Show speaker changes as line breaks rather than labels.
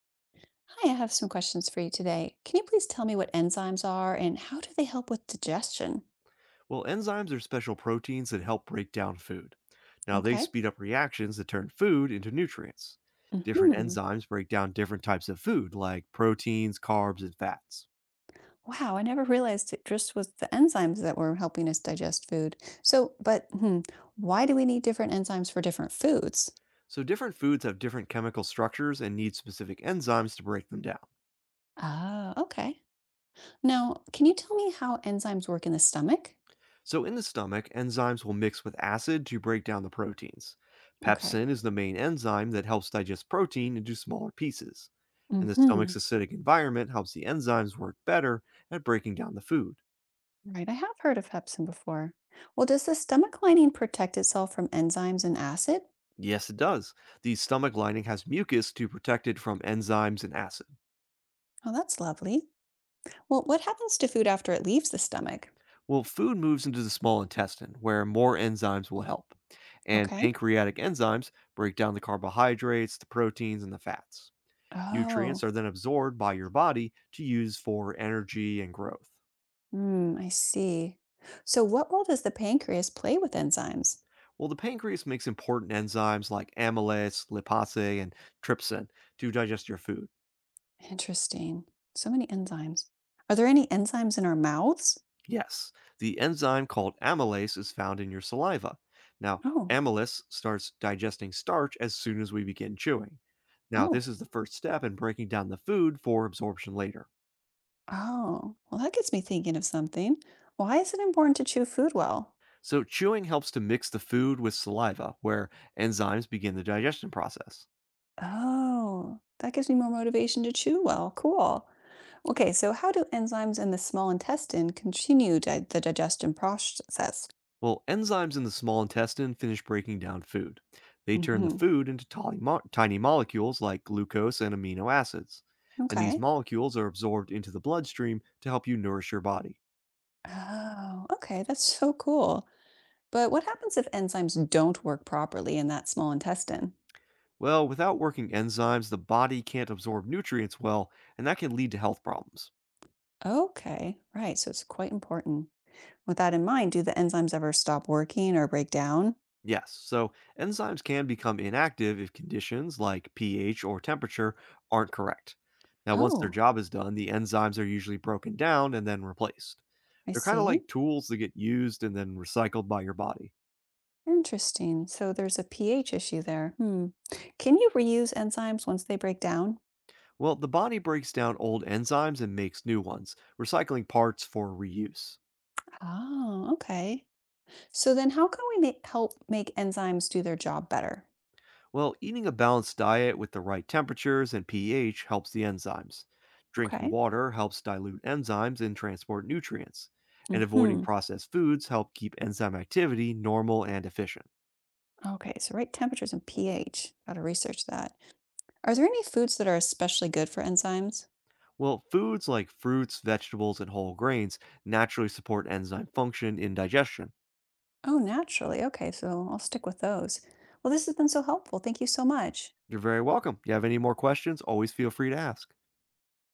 Hi, I have some questions for you today. Can you please tell me what enzymes are and how do they help with digestion?
Well, enzymes are special proteins that help break down food. Now, they
Okay.
speed up reactions that turn food into nutrients. Different
Hmm.
enzymes break down different types of food, like proteins, carbs, and fats.
Wow, I never realized it just was the enzymes that were helping us digest food. So, but why do we need different enzymes for different foods?
So, different foods have different chemical structures and need specific enzymes to break them down.
Ah, okay. Now, can you tell me how enzymes work in the stomach?
So, in the stomach, enzymes will mix with acid to break down the proteins.
Okay.
Pepsin is the main enzyme that helps digest protein into smaller pieces. And the
Hmm.
stomach's acidic environment helps the enzymes work better at breaking down the food.
Right, I have heard of pepsin before. Well, does the stomach lining protect itself from enzymes and acid?
Yes, it does. The stomach lining has mucus to protect it from enzymes and acid.
Oh, that's lovely. Well, what happens to food after it leaves the stomach?
Well, food moves into the small intestine, where more enzymes will help. And
Okay.
pancreatic enzymes break down the carbohydrates, the proteins, and the fats. Nutrients
Oh,
are then absorbed by your body to use for energy and growth.
I see. So, what role does the pancreas play with enzymes?
Well, the pancreas makes important enzymes like amylase, lipase, and trypsin to digest your food.
Interesting. So many enzymes. Are there any enzymes in our mouths?
Yes, the enzyme called amylase is found in your saliva. Now,
Oh,
amylase starts digesting starch as soon as we begin chewing. Now, this
oh,
is the first step in breaking down the food for absorption later.
oh. Well, that gets me thinking of something. Why is it important to chew food well?
So, chewing helps to mix the food with saliva, where enzymes begin the digestion process.
Oh, that gives me more motivation to chew well. Cool. Okay, so how do enzymes in the small intestine continue the digestion process?
Well, enzymes in the small intestine finish breaking down food. They turn the
Hmm.
food into tiny, tiny molecules like glucose and amino acids. And these
Okay.
molecules are absorbed into the bloodstream to help you nourish your body.
Oh, okay. That's so cool. But what happens if enzymes don't work properly in that small intestine?
Well, without working enzymes, the body can't absorb nutrients well, and that can lead to health problems.
Okay, right. So it's quite important. With that in mind, do the enzymes ever stop working or break down?
Yes, so enzymes can become inactive if conditions like pH or temperature aren't correct. Now, once their
Oh,
job is done, the enzymes are usually broken down and then replaced.
I
They're kind of like
see.
tools that get used and then recycled by your body.
Interesting. So there's a pH issue there. Hmm. Can you reuse enzymes once they break down?
Well, the body breaks down old enzymes and makes new ones, recycling parts for reuse.
Oh, okay. So then how can we help make enzymes do their job better?
Well, eating a balanced diet with the right temperatures and pH helps the enzymes. Drinking
Okay.
water helps dilute enzymes and transport nutrients. And avoiding
Mm-hmm.
processed foods help keep enzyme activity normal and efficient.
Okay, so right temperatures and pH. Got to research that. Are there any foods that are especially good for enzymes?
Well, foods like fruits, vegetables, and whole grains naturally support enzyme function in digestion.
Oh, naturally. Okay, so I'll stick with those. Well, this has been so helpful. Thank you so much.
You're very welcome. You have any more questions, always feel free to ask.